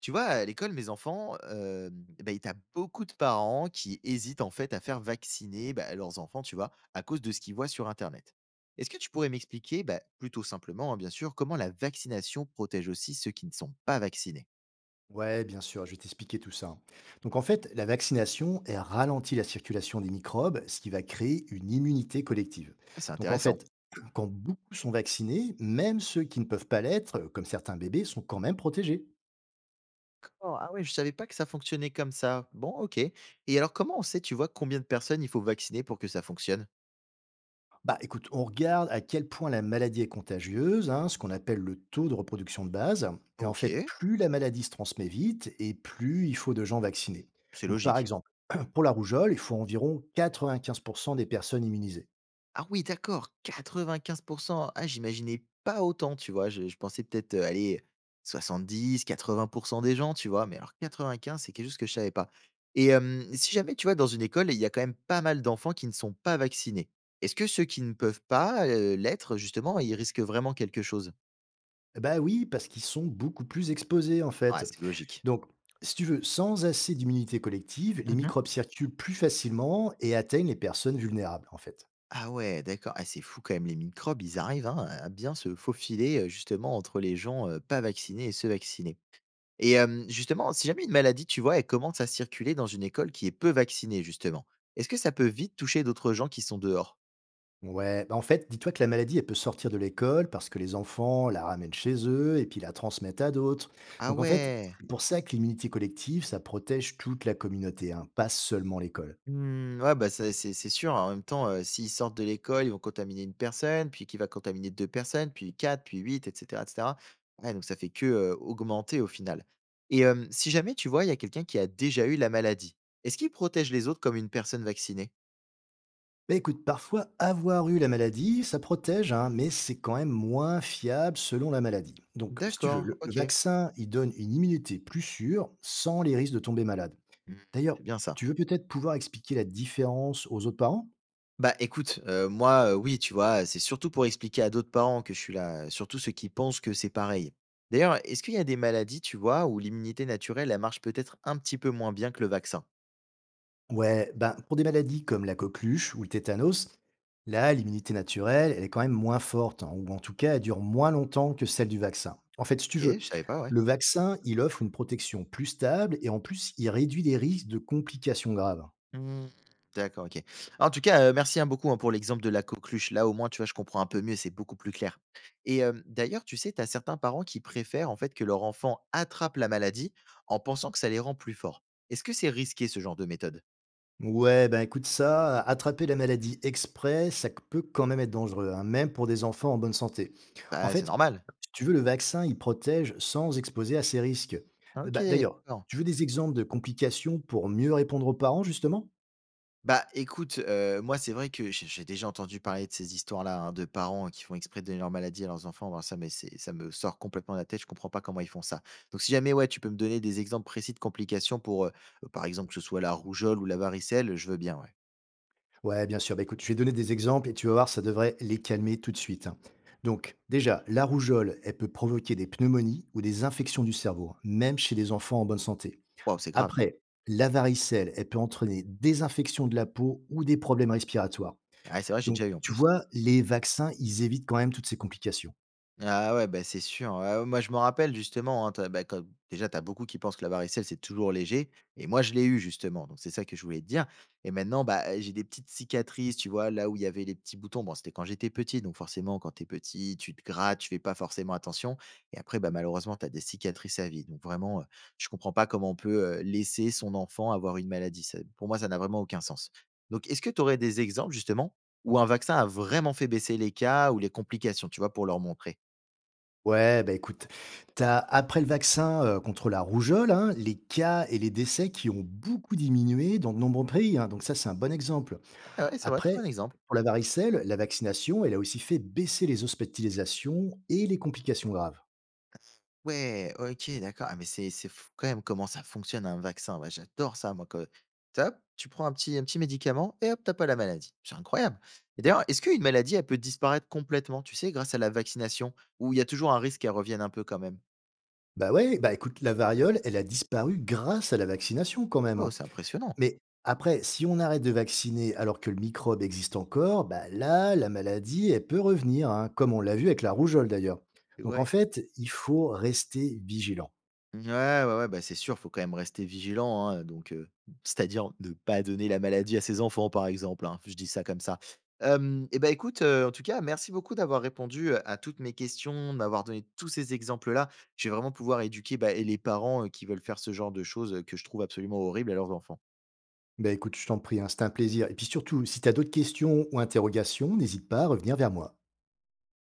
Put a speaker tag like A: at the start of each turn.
A: Tu vois, à l'école, mes enfants, bah, tu beaucoup de parents qui hésitent en fait à faire vacciner, bah, leurs enfants, tu vois, à cause de ce qu'ils voient sur Internet. Est-ce que tu pourrais m'expliquer, bah, plutôt simplement, hein, bien sûr, comment la vaccination protège aussi ceux qui ne sont pas vaccinés?
B: Ouais, bien sûr, je vais t'expliquer tout ça. Donc en fait, la vaccination, elle ralentit la circulation des microbes, ce qui va créer une immunité collective.
A: Ah, c'est
B: Donc en
A: intéressant.
B: fait, quand beaucoup sont vaccinés, même ceux qui ne peuvent pas l'être, comme certains bébés, sont quand même protégés.
A: D'accord. Ah ouais, je savais pas que ça fonctionnait comme ça. Bon, ok. Et alors, comment on sait, tu vois, combien de personnes il faut vacciner pour que ça fonctionne?
B: Bah écoute, on regarde à quel point la maladie est contagieuse, hein, ce qu'on appelle le taux de reproduction de base. Et en fait,
A: Ok,
B: plus la maladie se transmet vite et plus il faut de gens vaccinés.
A: c'est
B: Donc par
A: logique.
B: exemple, pour la rougeole, il faut environ 95% des personnes immunisées.
A: Ah oui, d'accord, 95%. Ah, j'imaginais pas autant, tu vois? Je pensais peut-être, aller 70, 80% des gens, tu vois? Mais alors 95, c'est quelque chose que je savais pas. Et si jamais, tu vois, dans une école, il y a quand même pas mal d'enfants qui ne sont pas vaccinés. Est-ce que ceux qui ne peuvent pas, l'être, justement, ils risquent vraiment quelque chose?
B: Bah oui, parce qu'ils sont beaucoup plus exposés en fait.
A: Ah, c'est logique.
B: Donc, si tu veux, sans assez d'immunité collective, les
A: Mmh.
B: microbes circulent plus facilement et atteignent les personnes vulnérables en fait.
A: Ah ouais, d'accord. Ah, c'est fou quand même, les microbes, ils arrivent, hein, à bien se faufiler, justement, entre les gens, pas vaccinés et ceux vaccinés. Et justement, si jamais une maladie, tu vois, elle commence à circuler dans une école qui est peu vaccinée justement, est-ce que ça peut vite toucher d'autres gens qui sont dehors?
B: Ouais, bah en fait, dis-toi que la maladie, elle peut sortir de l'école parce que les enfants la ramènent chez eux et puis la transmettent à d'autres.
A: Ah
B: Donc en fait,
A: ouais!
B: c'est pour ça que l'immunité collective, ça protège toute la communauté, hein, pas seulement l'école.
A: Mmh, ouais, bah, c'est sûr, hein, en même temps, s'ils sortent de l'école, ils vont contaminer une personne, puis qui va contaminer 2 personnes, puis 4, puis 8, et cetera et cetera. Ouais, donc ça fait que, augmenter au final. Et si jamais, tu vois, il y a quelqu'un qui a déjà eu la maladie, est-ce qu'il protège les autres comme une personne vaccinée?
B: Bah écoute, parfois avoir eu la maladie, ça protège, hein, mais c'est quand même moins fiable selon la maladie. Donc, si tu veux,
A: D'accord,
B: le
A: OK.
B: vaccin, il donne une immunité plus sûre sans les risques de tomber malade.
A: Mmh,
B: D'ailleurs,
A: c'est bien ça.
B: tu veux peut-être pouvoir expliquer la différence aux autres parents.
A: Bah, écoute, moi, oui, tu vois? C'est surtout pour expliquer à d'autres parents que je suis là, surtout ceux qui pensent que c'est pareil. D'ailleurs, est-ce qu'il y a des maladies, tu vois, où l'immunité naturelle, elle marche peut-être un petit peu moins bien que le vaccin?
B: Ouais, ben pour des maladies comme la coqueluche ou le tétanos, là, l'immunité naturelle, elle est quand même moins forte, hein, ou en tout cas, elle dure moins longtemps que celle du vaccin. En fait, si tu
A: OK,
B: veux,
A: je savais pas, ouais.
B: le vaccin, il offre une protection plus stable et en plus, il réduit les risques de complications graves.
A: Mmh, d'accord, OK. En tout cas, merci, hein, beaucoup, hein, pour l'exemple de la coqueluche. Là, au moins, tu vois, je comprends un peu mieux, c'est beaucoup plus clair. Et d'ailleurs, tu sais, tu as certains parents qui préfèrent, en fait, que leur enfant attrape la maladie en pensant que ça les rend plus forts. Est-ce que c'est risqué, ce genre de méthode?
B: Ouais, ben écoute ça, attraper la maladie exprès, peut quand même être dangereux, hein, même pour des enfants en bonne santé. En
A: Bah,
B: fait,
A: c'est normal.
B: si tu veux, le vaccin, il protège sans exposer à ces risques.
A: OK,
B: D'ailleurs,
A: d'accord.
B: tu veux des exemples de complications pour mieux répondre aux parents, justement?
A: Bah, écoute, moi, c'est vrai que j'ai déjà entendu parler de ces histoires-là, hein, de parents, hein, qui font exprès de donner leur maladie à leurs enfants. Alors ça, mais c'est ça me sort complètement de la tête, je comprends pas comment ils font ça. Donc si jamais, ouais, tu peux me donner des exemples précis de complications pour, par exemple, que ce soit la rougeole ou la varicelle, je veux bien, ouais.
B: Ouais, bien sûr. Bah, écoute, je vais donner des exemples et tu vas voir, ça devrait les calmer tout de suite, hein. Donc, déjà, la rougeole, elle peut provoquer des pneumonies ou des infections du cerveau, même chez les enfants en bonne santé.
A: Waouh, c'est grave.
B: Après, la varicelle, elle peut entraîner des infections de la peau ou des problèmes respiratoires.
A: Ah, c'est vrai, j'ai
B: Donc,
A: déjà eu en
B: tu
A: plus.
B: vois, les vaccins, ils évitent quand même toutes ces complications.
A: Ah ouais, bah, c'est sûr. Ah, ouais, moi, je m'en rappelle justement, hein, tu bah, comme déjà, tu as beaucoup qui pensent que la varicelle, c'est toujours léger et moi, je l'ai eu justement, donc c'est ça que je voulais te dire. Et maintenant, bah, j'ai des petites cicatrices, tu vois? Là où il y avait les petits boutons. Bon, c'était quand j'étais petit, donc forcément, quand tu es petit, tu te grattes, tu fais pas forcément attention et après, bah, malheureusement, tu as des cicatrices à vie, donc vraiment, je comprends pas comment on peut, laisser son enfant avoir une maladie. Ça pour moi, ça n'a vraiment aucun sens. Donc est-ce que tu aurais des exemples justement où un vaccin a vraiment fait baisser les cas ou les complications, tu vois? Pour leur montrer.
B: Ouais, bah écoute, t'as, après le vaccin contre la rougeole, hein, les cas et les décès qui ont beaucoup diminué dans de nombreux pays, hein. Donc ça, c'est un bon exemple.
A: Ah ouais, c'est vrai, très
B: Après,
A: bon exemple.
B: pour la varicelle, la vaccination, elle a aussi fait baisser les hospitalisations et les complications graves.
A: Ouais, OK, d'accord. Ah mais c'est fou quand même comment ça fonctionne un vaccin. Ouais, j'adore ça moi que top, tu prends un petit médicament et hop, t'as pas la maladie. C'est incroyable. Et d'ailleurs, est-ce qu'une maladie, elle peut disparaître complètement, tu sais, grâce à la vaccination? Ou il y a toujours un risque qu'elle revienne un peu quand même?
B: Bah ouais, bah écoute, la variole, elle a disparu grâce à la vaccination quand même,
A: Oh,
B: hein.
A: c'est impressionnant.
B: Mais après, si on arrête de vacciner alors que le microbe existe encore, bah là, la maladie, elle peut revenir, hein, comme on l'a vu avec la rougeole d'ailleurs. Donc en
A: Ouais.
B: fait, il faut rester vigilant.
A: Ouais, ouais, ouais, bah, c'est sûr, faut quand même rester vigilant, hein, donc c'est-à-dire ne pas donner la maladie à ses enfants, par exemple, hein. Je dis ça comme ça. Hem Et bah, écoute, en tout cas, merci beaucoup d'avoir répondu, à toutes mes questions, d'avoir donné tous ces exemples-là. Je vais vraiment pouvoir éduquer, bah et les parents, qui veulent faire ce genre de choses, que je trouve absolument horribles à leurs enfants.
B: Bah écoute, je t'en prie, hein, c'était un plaisir. Et puis surtout, si tu as d'autres questions ou interrogations, n'hésite pas à revenir vers moi.